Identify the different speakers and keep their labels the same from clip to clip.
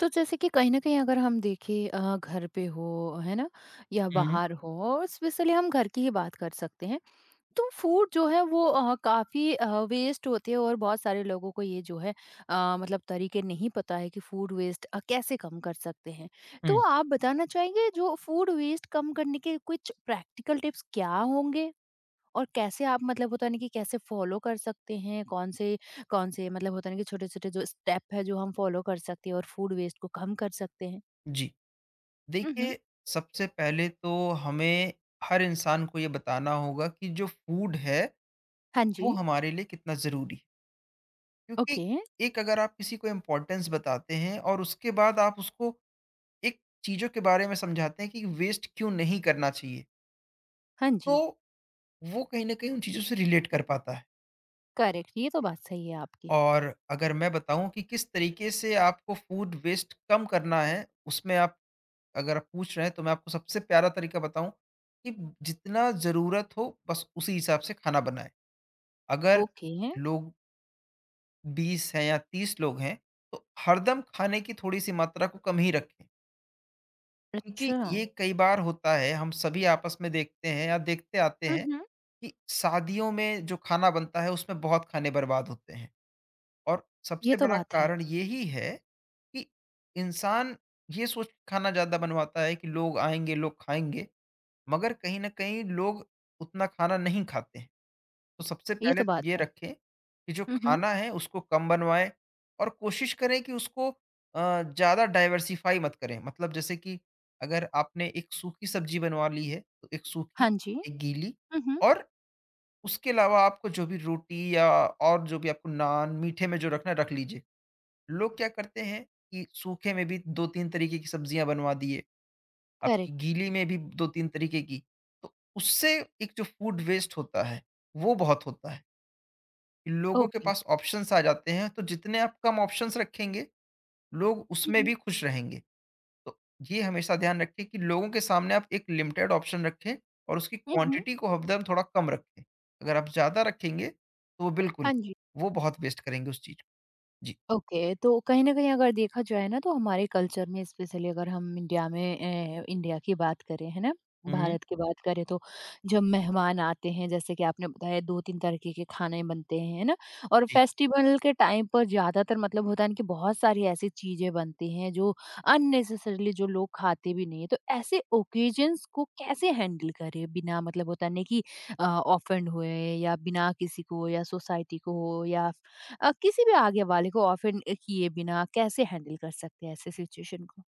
Speaker 1: तो जैसे कि कहीं न कहीं अगर हम देखें घर पे हो, है ना? या
Speaker 2: हुँ,
Speaker 1: बाहर हो और स्पेशली हम घर की ही बात कर सकते हैं। तो फूड जो है वो काफ़ी वेस्ट होते हैं और बहुत सारे लोगों को ये जो है मतलब तरीके नहीं पता है कि फूड वेस्ट कैसे कम कर सकते हैं। तो
Speaker 2: हुँ।
Speaker 1: आप बताना चाहेंगे जो फूड वेस्ट कम करने के कुछ प्रैक्टिकल टिप्स क्या होंगे? और कैसे आप मतलब होता है ना कि कैसे फॉलो कर सकते हैं, कौन से मतलब होता है ना कि छोटे-छोटे जो स्टेप है जो हम फॉलो कर सकते हैं और फूड वेस्ट को कम कर सकते हैं?
Speaker 2: जी।
Speaker 1: हुँ, हुँ।
Speaker 2: देखिए, सबसे पहले तो हमें हर इंसान को ये बताना होगा कि जो फूड है,
Speaker 1: हाँ
Speaker 2: वो
Speaker 1: जी।
Speaker 2: हमारे लिए कितना ज़रूरी है। क्योंकि
Speaker 1: ओके।
Speaker 2: एक अगर आप किसी को इम्पोर्टेंस बताते हैं और उसके बाद आप उसको एक चीज़ों के बारे में समझाते हैं कि वेस्ट क्यों नहीं करना चाहिए,
Speaker 1: हाँ
Speaker 2: तो
Speaker 1: जी,
Speaker 2: वो कहीं न कहीं उन चीज़ों से रिलेट कर पाता है।
Speaker 1: करेक्ट ये तो बात सही है आपकी।
Speaker 2: और अगर मैं बताऊँ कि किस तरीके से आपको फूड वेस्ट कम करना है, उसमें आप अगर आप पूछ रहे हैं तो मैं आपको सबसे प्यारा तरीका बताऊँ कि जितना ज़रूरत हो बस उसी हिसाब से खाना बनाएँ। अगर
Speaker 1: ओके,
Speaker 2: लोग 20 हैं या 30 लोग हैं तो हरदम खाने की थोड़ी-सी मात्रा को कम ही रखें। क्योंकि
Speaker 1: अच्छा।
Speaker 2: ये कई बार होता है हम सभी आपस में देखते हैं या देखते आते
Speaker 1: हुँ,
Speaker 2: हैं
Speaker 1: हुँ।
Speaker 2: कि शादियों में जो खाना बनता है उसमें बहुत खाने बर्बाद होते हैं। और
Speaker 1: ये
Speaker 2: सबसे
Speaker 1: तो
Speaker 2: बड़ा
Speaker 1: बात है,
Speaker 2: कारण यही है कि इंसान ये सोच के खाना ज़्यादा बनवाता है कि लोग आएँगे, लोग खाएँगे। मगर कहीं न कहीं लोग उतना खाना नहीं खाते हैं। तो सबसे
Speaker 1: ये
Speaker 2: पहले
Speaker 1: तो
Speaker 2: तो
Speaker 1: बात
Speaker 2: ये
Speaker 1: है।
Speaker 2: रखें कि जो
Speaker 1: हुँ, हुँ।
Speaker 2: खाना है उसको कम बनवाएँ और कोशिश करें कि उसको ज़्यादा डाइवर्सिफ़ाई मत करें। मतलब जैसे कि अगर आपने एक सूखी सब्ज़ी बनवा ली है, तो एक सूखी,
Speaker 1: हाँ जी।
Speaker 2: एक गीली
Speaker 1: हुँ, हुँ।
Speaker 2: और उसके अलावा आपको जो भी रोटी या और जो भी आपको नान, मीठे में जो रखना है रख लीजिए। लोग क्या करते हैं कि सूखे में भी 2-3 तरीके की सब्ज़ियाँ बनवा दिए। आपकी
Speaker 1: करेक्ट,
Speaker 2: गीली में भी 2-3 तरीके की। तो उससे एक जो फूड वेस्ट होता है, वो बहुत होता है। लोगों के
Speaker 1: ओके।
Speaker 2: पास ऑप्शन्स आ जाते हैं, तो जितने आप कम ऑप्शन्स रखेंगे, लोग
Speaker 1: हुँ,
Speaker 2: उसमें
Speaker 1: हुँ।
Speaker 2: भी खुश रहेंगे। तो ये हमेशा ध्यान रखें कि लोगों के सामने आप एक लिमिटेड ऑप्शन रखें और उसकी
Speaker 1: हुँ, हुँ।
Speaker 2: क्वांटिटी को हरदम थोड़ा कम रखें। अगर आप ज़्यादा रखेंगे, तो वो बिल्कुल,
Speaker 1: हाँ जी।
Speaker 2: वो बहुत वेस्ट करेंगे उस चीज़ को। जी।
Speaker 1: ओके, तो कहीं न कहीं अगर देखा जाए ना तो हमारे कल्चर में स्पेशली अगर हम इंडिया में इंडिया की बात करें, है ना?
Speaker 2: हुँ, हुँ।
Speaker 1: भारत की बात करें तो जब मेहमान आते हैं जैसे कि आपने बताया 2-3 तरीके के खाने बनते हैं, है ना? और
Speaker 2: जी।
Speaker 1: फेस्टिवल के टाइम पर ज़्यादातर मतलब होता है ना कि बहुत सारी ऐसी चीज़ें बनती हैं जो अननेसेसरीली जो लोग खाते भी नहीं हैं। तो ऐसे ओकेजन्स को कैसे हैंडल करें बिना मतलब होता है ना कि ऑफेंड हुए या बिना किसी को या सोसाइटी को या किसी भी आगे वाले को ऑफेंड किए बिना कैसे हैंडल कर सकते हैं ऐसे सिचुएशन को?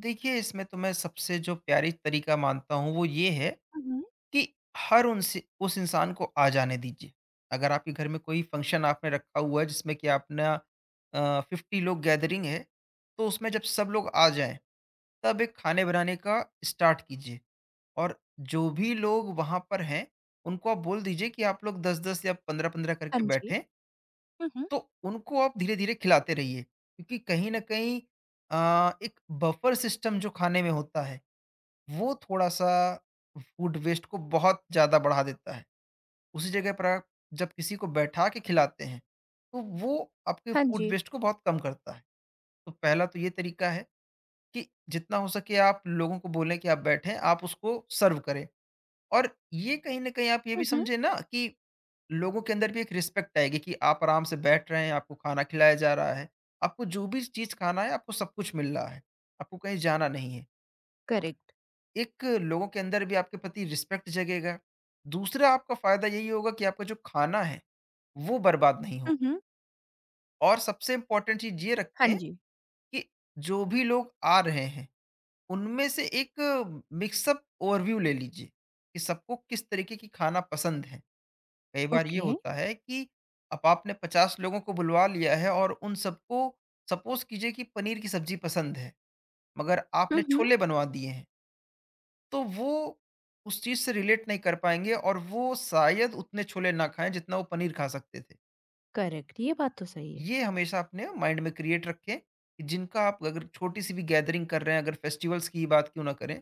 Speaker 2: देखिए, इसमें तो मैं सबसे जो प्यारी तरीका मानता हूँ, वो ये है
Speaker 1: हुँ, हुँ।
Speaker 2: कि हर उनसे उस इंसान को आ जाने दीजिए। अगर आपके घर में कोई फ़ंक्शन आपने रखा हुआ है जिसमें कि अपना 50 लोग गैदरिंग है, तो उसमें जब सब लोग आ जाएँ, तब एक खाने बनाने का स्टार्ट कीजिए और जो भी लोग वहाँ पर हैं, उनको आप बोल दीजिए कि आप लोग 10-10 या 15-15
Speaker 1: हाँ
Speaker 2: करके
Speaker 1: जी।
Speaker 2: बैठें,
Speaker 1: हुँ, हुँ।
Speaker 2: तो उनको आप धीरे-धीरे खिलाते रहिए। क्योंकि कहीं न कहीं एक बफर सिस्टम जो खाने में होता है, वो थोड़ा-सा फूड वेस्ट को बहुत ज़्यादा बढ़ा देता है। उसी जगह पर आप जब किसी को बैठा के खिलाते हैं, तो वो आपके
Speaker 1: हाँ
Speaker 2: फूड
Speaker 1: जी।
Speaker 2: वेस्ट को बहुत कम करता है। तो पहला तो ये तरीका है कि जितना हो सके आप लोगों को बोलें कि आप बैठें, आप उसको सर्व करें और ये कहीं न कहीं आप ये भी
Speaker 1: हुँ, हुँ।
Speaker 2: समझे ना कि लोगों के अंदर भी एक रिस्पेक्ट आएगी कि आप आराम से बैठ रहे हैं, आपको खाना खिलाया जा रहा है। आपको जो भी चीज़ खाना है, आपको सब कुछ मिल रहा है। आपको कहीं जाना नहीं है।
Speaker 1: करेक्ट।
Speaker 2: एक लोगों के अंदर भी आपके प्रति रिस्पेक्ट जगेगा। दूसरा आपका फ़ायदा यही होगा कि आपका जो खाना है वो बर्बाद नहीं
Speaker 1: हुँ,
Speaker 2: हो।
Speaker 1: हुँ।
Speaker 2: और सबसे इम्पोर्टेंट चीज़ ये
Speaker 1: हाँ
Speaker 2: रखें
Speaker 1: जी।
Speaker 2: कि जो भी लोग आ रहे हैं, उनमें से एक मिक्सअप ओवरव्यू ले लीजिए, कि सबको किस तरीके की खाना पसंद है। कई बार ये
Speaker 1: ओके।
Speaker 2: होता है कि अब आपने 50 लोगों को बुलवा लिया है और उन सबको सपोज़ कीजिए कि पनीर की सब्ज़ी पसंद है, मगर
Speaker 1: हुँ,
Speaker 2: आपने
Speaker 1: हुँ।
Speaker 2: छोले बनवा दिए हैं, तो वो उस चीज़ से रिलेट नहीं कर पाएँगे और वो शायद उतने छोले ना खाएँ जितना वो पनीर खा सकते थे।
Speaker 1: करेक्ट ये बात तो सही है।
Speaker 2: ये हमेशा अपने माइंड में क्रिएट रखें कि जिनका आप अगर छोटी सी भी गैदरिंग कर रहे हैं अगर फेस्टिवल्स की ही बात क्यों ना करें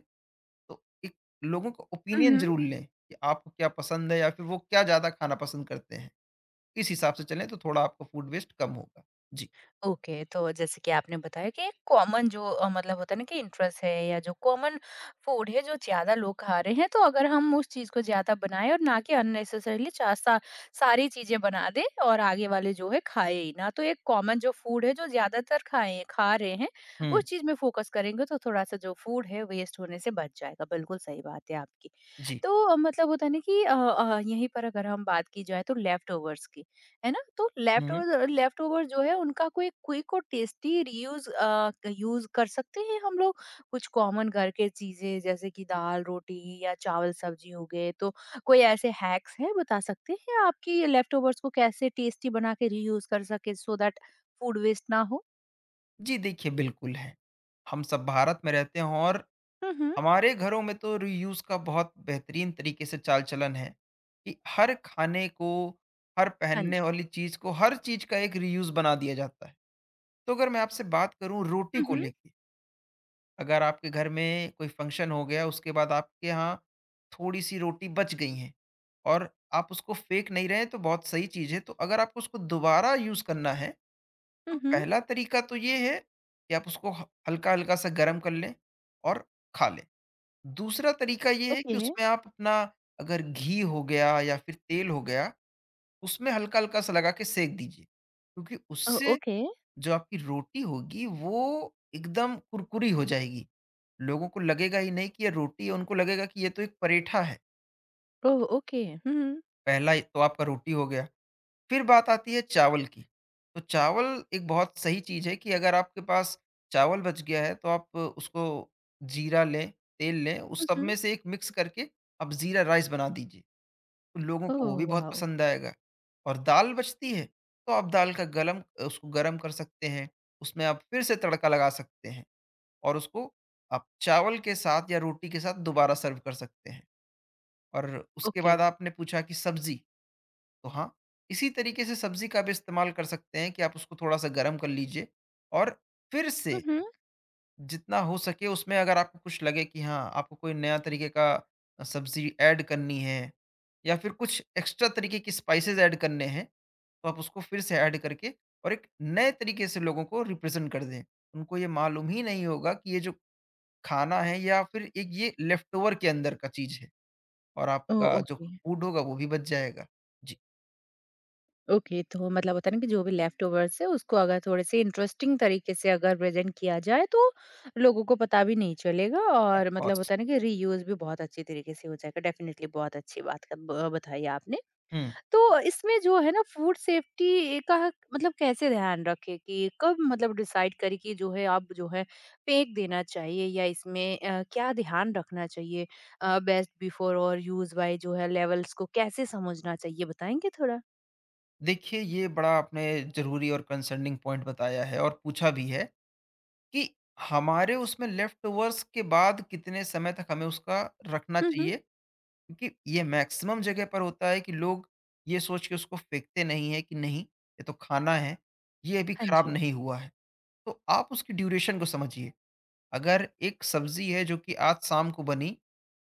Speaker 2: तो एक लोगों का
Speaker 1: हुँ,
Speaker 2: ओपिनियन
Speaker 1: हुँ।
Speaker 2: जरूर लें कि आपको क्या पसंद है या फिर वो क्या ज्यादा खाना पसंद करते हैं। इस हिसाब से चलें तो थोड़ा आपका फूड वेस्ट कम होगा। जी।
Speaker 1: ओके तो जैसे कि आपने बताया कि एक कॉमन जो मतलब होता है ना कि इंटरेस्ट है या जो कॉमन फूड है जो ज्यादा लोग खा रहे हैं तो अगर हम उस चीज को ज्यादा बनाएं और ना कि अननेसेसरीली सा, सारी चीजें बना दें और आगे वाले जो है खाए ही ना तो एक कॉमन जो फूड है जो ज्यादातर खाए खा रहे हैं
Speaker 2: हम्म।
Speaker 1: उस चीज में फोकस करेंगे तो थोड़ा सा जो फूड है वेस्ट होने से बच जाएगा बिल्कुल सही बात है आपकी
Speaker 2: जी।
Speaker 1: तो मतलब होता है ना कि यहीं पर अगर हम बात की जाए तो लेफ्ट ओवर्स की है ना? तो
Speaker 2: हम्म।
Speaker 1: लेफ्टओवर लेफ्टओवर जो है उनका कोई क्विक और टेस्टी रीयूज़ यूज़ कर सकते हैं हम लोग। कुछ कॉमन घर के चीज़ें जैसे कि दाल, रोटी या चावल-सब्जी हो गए, तो कोई ऐसे हैक्स हैं बता सकते हैं आप कि लेफ्टओवर्स को कैसे टेस्टी बना के रीयूज़ कर सकें सो दैट फूड वेस्ट ना हो?
Speaker 2: जी। देखिए बिल्कुल है। हम सब भारत में रहते हैं और
Speaker 1: हुँ, हुँ।
Speaker 2: हमारे घरों में तो रीयूज का बहुत बेहतरीन तरीके से चाल चलन है कि हर खाने को हर
Speaker 1: हाँ
Speaker 2: पहनने
Speaker 1: जी।
Speaker 2: वाली चीज को हर चीज का एक रीयूज बना दिया जाता है। तो अगर मैं आपसे बात करूं रोटी
Speaker 1: हुँ,
Speaker 2: को
Speaker 1: हुँ।
Speaker 2: लेके, अगर आपके घर में कोई फंक्शन हो गया उसके बाद आपके यहाँ थोड़ी सी रोटी बच गई है और आप उसको फेंक नहीं रहे तो बहुत सही चीज़ है, तो अगर आपको उसको दोबारा यूज़ करना है तो
Speaker 1: हुँ, हुँ।
Speaker 2: पहला तरीका तो ये है कि आप उसको हल्का हल्का सा गर्म कर लें और खा लें। दूसरा तरीका ये है कि
Speaker 1: ओके।
Speaker 2: उसमें आप अपना अगर घी हो गया या फिर तेल हो गया, उसमें हल्का हल्का सा लगा के सेक दीजिए क्योंकि
Speaker 1: ओ
Speaker 2: उससे
Speaker 1: ओके।
Speaker 2: जो आपकी रोटी होगी वो एकदम कुरकुरी हो जाएगी। लोगों को लगेगा ही नहीं कि ये रोटी है, उनको लगेगा कि ये तो एक परेठा है।
Speaker 1: ओह! ओके। हुँ, हुँ।
Speaker 2: पहला तो आपका रोटी हो गया। फिर बात आती है चावल की। तो चावल एक बहुत सही चीज़ है कि अगर आपके पास चावल बच गया है तो आप उसको जीरा लें, तेल लें, उस
Speaker 1: हुँ,
Speaker 2: सब
Speaker 1: हुँ।
Speaker 2: में से एक मिक्स करके आप जीरा राइस बना दीजिए। तो लोगों
Speaker 1: ओह
Speaker 2: को वो भी बहुत
Speaker 1: वाओ!
Speaker 2: पसंद आएगा। और दाल बचती है तो आप दाल का गलम उसको गरम कर सकते हैं। उसमें आप फिर से तड़का लगा सकते हैं। और उसको आप चावल के साथ या रोटी के साथ दोबारा सर्व कर सकते हैं। और उसके
Speaker 1: ओके।
Speaker 2: बाद आपने पूछा कि सब्ज़ी, तो हाँ, इसी तरीके से सब्ज़ी का भी इस्तेमाल कर सकते हैं कि आप उसको थोड़ा-सा गरम कर लीजिए और फिर से
Speaker 1: हुँ, हुँ।
Speaker 2: जितना हो सके उसमें अगर आपको कुछ लगे कि हाँ, आपको कोई नया तरीके का सब्ज़ी ऐड करनी है या फिर कुछ एक्स्ट्रा तरीके की स्पाइसेस ऐड करने हैं, तो आप उसको फिर से ऐड करके और एक नए तरीके से लोगों को रिप्रेज़ेंट कर दें। उनको ये मालूम ही नहीं होगा कि ये जो खाना है या फिर एक ये लेफ्टओवर के अंदर का चीज़ है और
Speaker 1: ओह!
Speaker 2: आपका जो
Speaker 1: ओके।
Speaker 2: फूड होगा वो भी बच जाएगा। जी,
Speaker 1: ओके तो मतलब होता है ना कि जो भी लेफ्ट ओवर्स है उसको अगर थोड़े से इंटरेस्टिंग तरीके से अगर प्रेजेंट किया जाए तो लोगों को पता भी नहीं चलेगा और मतलब
Speaker 2: कॉस्ट।
Speaker 1: होता है ना कि रीयूज भी बहुत अच्छी तरीके से हो जाएगा डेफिनेटली बहुत अच्छी ब- बताई आपने
Speaker 2: हुँ।
Speaker 1: तो इसमें जो है ना फूड सेफ्टी का मतलब कैसे ध्यान रखे कि कब मतलब डिसाइड करे कि जो है आप जो है फेंक देना चाहिए या इसमें क्या ध्यान रखना चाहिए बेस्ट बिफोर और यूज बाय जो है लेवल्स को कैसे समझना चाहिए बताएंगे थोड़ा
Speaker 2: देखिए ये बड़ा आपने ज़रूरी और कंसर्निंग पॉइंट बताया है और पूछा भी है कि हमारे उसमें लेफ्टओवर्स के बाद कितने समय तक हमें उसका रखना
Speaker 1: हम्म हम्म
Speaker 2: चाहिए। क्योंकि ये मैक्सिमम जगह पर होता है कि लोग ये सोच के उसको फेंकते नहीं हैं कि नहीं, ये तो खाना है, ये अभी
Speaker 1: हाँ
Speaker 2: खराब
Speaker 1: जी
Speaker 2: नहीं हुआ है। तो आप उसकी ड्यूरेशन को समझिए। अगर एक सब्जी है जो कि आज शाम को बनी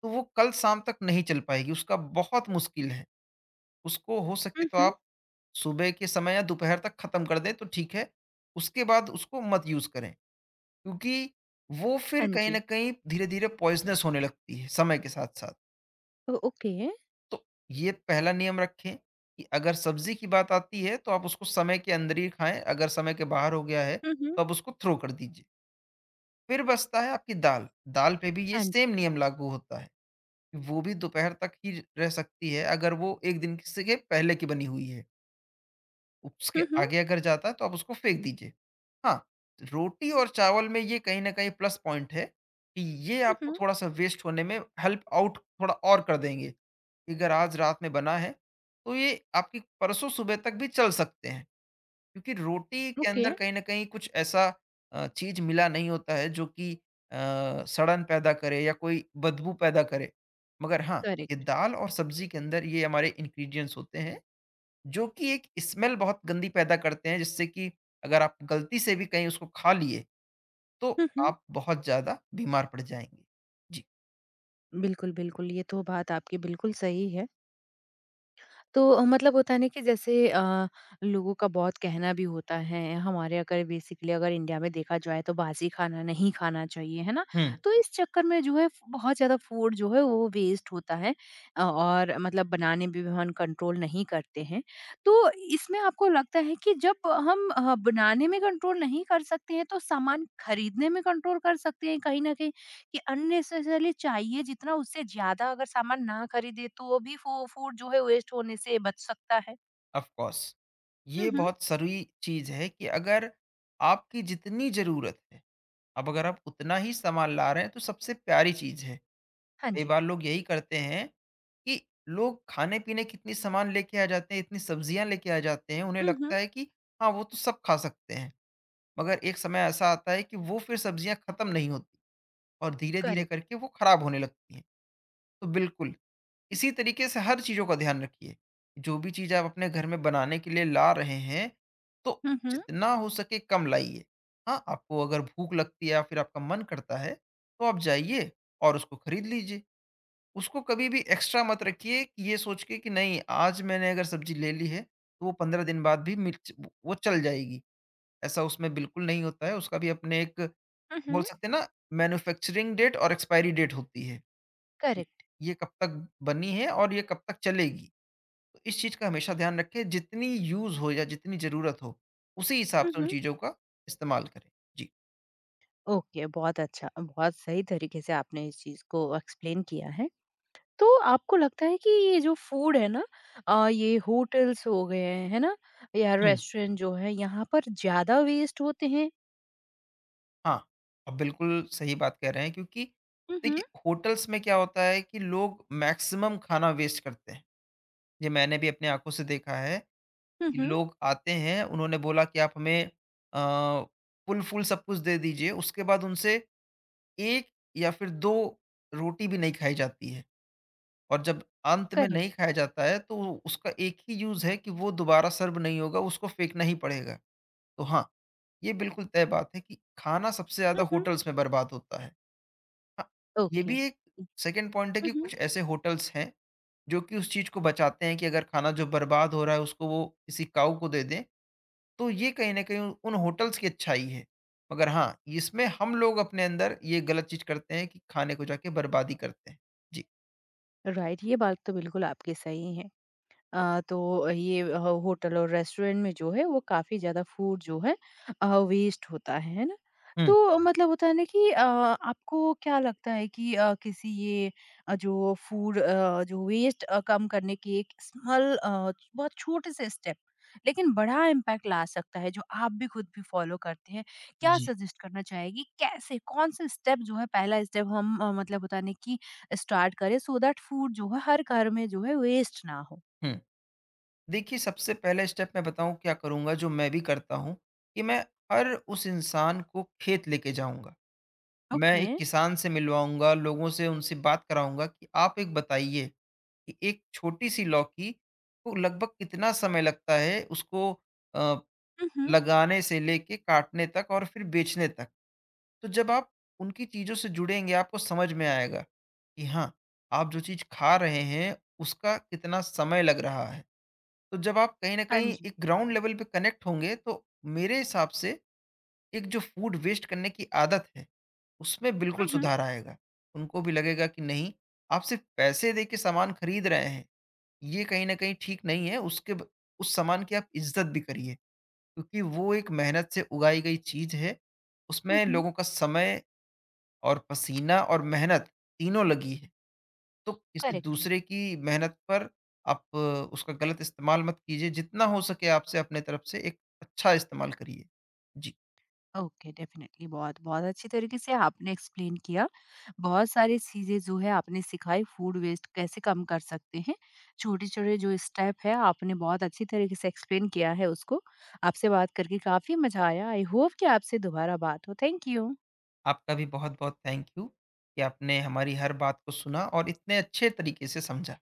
Speaker 2: तो वो कल शाम तक नहीं चल पाएगी, उसका बहुत मुश्किल है। उसको हो सके
Speaker 1: हुँ,
Speaker 2: तो
Speaker 1: हुँ।
Speaker 2: आप सुबह के समय या दोपहर तक खत्म कर दें तो ठीक है। उसके बाद उसको मत यूज करें, क्योंकि वो फिर
Speaker 1: हाँ
Speaker 2: कहीं
Speaker 1: जी।
Speaker 2: ना कहीं धीरे धीरे पॉइजनस होने लगती है समय के साथ साथ।
Speaker 1: Oh okay.
Speaker 2: तो ये पहला नियम रखें कि अगर सब्जी की बात आती है तो आप उसको समय के अंदर ही खाएं, अगर समय के बाहर हो गया है
Speaker 1: हुँ, हुँ।
Speaker 2: तो आप उसको थ्रो कर दीजिए। फिर बचता है आपकी दाल। दाल पे भी ये
Speaker 1: हाँ
Speaker 2: सेम
Speaker 1: जी।
Speaker 2: नियम लागू होता है। वो भी दोपहर तक ही रह सकती है अगर वो 1 दिन की से के पहले की बनी हुई है। उसके
Speaker 1: हुँ, हुँ।
Speaker 2: आगे अगर जाता है तो आप उसको फेंक दीजिए। हाँ, रोटी और चावल में ये कहीं न कहीं प्लस पॉइंट है कि ये
Speaker 1: हुँ,
Speaker 2: आपको
Speaker 1: हुँ।
Speaker 2: थोड़ा-सा वेस्ट होने में हेल्प आउट थोड़ा और कर देंगे। अगर आज रात में बना है, तो ये आपकी परसों सुबह तक भी चल सकते हैं। क्योंकि रोटी के
Speaker 1: ओके।
Speaker 2: अंदर कहीं न कहीं कुछ ऐसा चीज़ मिला नहीं होता है जो कि सड़न पैदा करे या कोई बदबू पैदा करे। मगर हाँ, ये
Speaker 1: करेक्ट।
Speaker 2: दाल और सब्ज़ी के अंदर ये हमारे इंग्रीडिएंट्स होते हैं, जो कि एक स्मेल बहुत गंदी पैदा करते हैं जिससे कि अगर आप गलती से भी कहीं उसको खा लिए, तो
Speaker 1: हुँ, हुँ।
Speaker 2: आप बहुत ज़्यादा बीमार पड़ जाएँगे। जी।
Speaker 1: बिल्कुल, बिल्कुल, ये तो बात आपकी बिल्कुल सही है। तो मतलब होता है ना कि जैसे लोगों का बहुत कहना भी होता है हमारे अगर बेसिकली अगर इंडिया में देखा जाए तो बासी खाना नहीं खाना चाहिए है ना
Speaker 2: हुँ,
Speaker 1: तो इस चक्कर में जो है बहुत ज़्यादा फूड जो है वो वेस्ट होता है और मतलब बनाने में भी हम कंट्रोल नहीं करते हैं तो इसमें आपको लगता है कि जब हम बनाने में कंट्रोल नहीं कर सकते हैं तो सामान खरीदने में कंट्रोल कर सकते हैं कहीं ना कहीं कि अननेसेसरली चाहिए जितना उससे ज़्यादा अगर सामान ना खरीदे तो वो भी फू फूड जो है वेस्ट होने से बच सकता है।
Speaker 2: Of course.
Speaker 1: हुँ,
Speaker 2: ये
Speaker 1: हुँ।
Speaker 2: बहुत ज़रूरी चीज़ है कि अगर आपकी जितनी ज़रूरत है, अब अगर आप उतना ही सामान ला रहे हैं तो सबसे प्यारी चीज़ है।
Speaker 1: हाँ
Speaker 2: कई
Speaker 1: जी।
Speaker 2: बार लोग यही करते हैं कि लोग खाने-पीने की इतनी सामान लेके आ जाते हैं, इतनी सब्जियाँ लेके आ जाते हैं, उन्हें
Speaker 1: हुँ, हुँ।
Speaker 2: लगता है कि हाँ, वो तो सब खा सकते हैं। मगर एक समय ऐसा आता है कि वो फिर सब्जियाँ खत्म नहीं होती और धीरे-धीरे
Speaker 1: करेक्ट।
Speaker 2: करके वो खराब होने लगती हैं। तो बिल्कुल, इसी तरीके से हर चीज़ों का ध्यान रखिए। जो भी चीज़ आप अपने घर में बनाने के लिए ला रहे हैं, तो
Speaker 1: हुँ, हुँ।
Speaker 2: जितना हो सके कम लाइए। हाँ, आपको अगर भूख लगती है या फिर आपका मन करता है, तो आप जाइए और उसको खरीद लीजिए। उसको कभी भी एक्स्ट्रा मत रखिए कि ये सोच के कि नहीं आज मैंने अगर सब्ज़ी ले ली है, तो वो 15 दिन बाद भी मिर्च वो चल जाएगी। ऐसा उसमें बिल्कुल नहीं होता है, उसका भी अपने एक
Speaker 1: हुँ,
Speaker 2: बोल
Speaker 1: हुँ।
Speaker 2: सकते हैं ना मैन्युफैक्चरिंग डेट और एक्सपायरी डेट होती है, कि
Speaker 1: करेक्ट।
Speaker 2: ये कब तक बनी है और ये कब तक चलेगी। तो इस चीज़ का हमेशा ध्यान रखें जितनी यूज़ हो या जितनी ज़रूरत हो, उसी हिसाब
Speaker 1: हुँ,
Speaker 2: से उन
Speaker 1: हुँ।
Speaker 2: चीज़ों का इस्तेमाल करें। जी।
Speaker 1: ओके, बहुत अच्छा, बहुत सही तरीके से आपने इस चीज़ को एक्सप्लेन किया है। तो आपको लगता है कि ये जो फूड है ना ये होटल्स हो गए हैं, है ना? या
Speaker 2: हुँ।
Speaker 1: रेस्टोरेंट जो है यहाँ पर ज़्यादा वेस्ट होते हैं?
Speaker 2: हाँ, आप बिल्कुल सही बात कह रहे हैं क्योंकि
Speaker 1: हुँ, हुँ।
Speaker 2: देखिए होटल्स में क्या होता है कि लोग मैक्सिमम खाना वेस्ट करते हैं। ये मैंने भी अपनी आँखों से देखा है
Speaker 1: हुँ,
Speaker 2: कि
Speaker 1: हुँ।
Speaker 2: लोग आते हैं, उन्होंने बोला कि आप हमें अ, फुल-फूल सब कुछ दे दीजिए, उसके बाद उनसे 1 या फिर 2 रोटी भी नहीं खाई जाती है। और जब अंत में
Speaker 1: करेक्ट।
Speaker 2: नहीं खाया जाता है तो उसका एक ही यूज़ है कि वो दोबारा सर्व नहीं होगा, उसको फेंकना ही पड़ेगा। तो हाँ, ये बिल्कुल तय बात है कि खाना सबसे ज़्यादा
Speaker 1: हुँ, हुँ।
Speaker 2: होटल्स में बर्बाद होता है। हाँ, ये
Speaker 1: ओके।
Speaker 2: भी एक सेकंड पॉइंट है
Speaker 1: हुँ,
Speaker 2: कि
Speaker 1: हुँ।
Speaker 2: कुछ ऐसे होटल्स हैं जो कि उस चीज़ को बचाते हैं कि अगर खाना जो बर्बाद हो रहा है उसको वो किसी काऊ को दे दें, तो ये कहीं न कहीं उन होटल्स की अच्छाई है। मगर हाँ, इसमें हम लोग अपने अंदर ये गलत चीज़ करते हैं कि खाने को जाके बर्बादी करते हैं। जी।
Speaker 1: राइट ये बात तो बिल्कुल आपकी सही है तो ये होटल और रेस्टोरेंट में जो है वो काफ़ी ज़्यादा फूड जो है वेस्ट होता है ना?
Speaker 2: हुँ।
Speaker 1: तो मतलब होता है ना कि आपको क्या लगता है कि किसी ये जो फूड जो वेस्ट कम करने की एक स्मॉल बहुत छोटे से स्टेप लेकिन बड़ा इम्पैक्ट ला सकता है जो आप भी खुद भी फॉलो करते हैं। क्या
Speaker 2: जी।
Speaker 1: सजेस्ट करना चाहेगी कैसे कौन-से स्टेप जो है पहला स्टेप हम मतलब होता है ना कि स्टार्ट करें सो दैट फूड जो है हर घर में जो है वेस्ट ना हो?
Speaker 2: हुँ। देखिए, सबसे पहला स्टेप मैं बताऊँ क्या करूँगा जो मैं भी करता हूँ, कि मैं हर उस इंसान को खेत लेके जाऊँगा। मैं
Speaker 1: ओके।
Speaker 2: एक किसान से मिलवाऊँगा, लोगों से उनसे बात कराऊँगा कि आप एक बताइए कि एक छोटी-सी लौकी को लगभग कितना समय लगता है उसको अ,
Speaker 1: हुँ, हुँ।
Speaker 2: लगाने से लेके काटने तक और फिर बेचने तक। तो जब आप उनकी चीज़ों से जुड़ेंगे आपको समझ में आएगा कि हाँ, आप जो चीज़ खा रहे हैं उसका कितना समय लग रहा है। तो जब आप कहीं न
Speaker 1: हाँ
Speaker 2: कहीं
Speaker 1: जी।
Speaker 2: एक ग्राउंड लेवल पे कनेक्ट होंगे, तो मेरे हिसाब से एक जो फूड वेस्ट करने की आदत है, उसमें बिल्कुल
Speaker 1: हुँ, हुँ।
Speaker 2: सुधार आएगा। उनको भी लगेगा कि नहीं, आप सिर्फ़ पैसे दे के सामान खरीद रहे हैं, ये कहीं न कहीं ठीक नहीं है, उसके ब उस सामान की आप इज़्ज़त भी करिए, क्योंकि वो एक मेहनत से उगाई गई चीज़ है,
Speaker 1: हुँ,
Speaker 2: उसमें
Speaker 1: हुँ।
Speaker 2: लोगों का समय और पसीना और मेहनत तीनों लगी है। तो किसी
Speaker 1: करेक्ट है।
Speaker 2: दूसरे की मेहनत पर आप उसका गलत इस्तेमाल मत कीजिए। जितना हो सके आपसे अपने तरफ से एक अच्छा इस्तेमाल करिए। जी,
Speaker 1: ओके, डेफ़िनिटली बहुत, बहुत अच्छी तरीके से आपने एक्सप्लेन किया। बहुत सारी चीज़ें जो है आपने सिखाई फूड वेस्ट कैसे कम कर सकते हैं। छोटे-छोटे जो स्टेप है आपने बहुत अच्छी तरीके से एक्सप्लेन किया है उसको। आपसे बात करके काफ़ी मज़ा आया। आई होप कि आपसे दोबारा बात हो। Thank you.
Speaker 2: आपका भी बहुत-बहुत थैंक यू कि आपने हमारी हर बात को सुना और इतने अच्छे तरीके से समझा।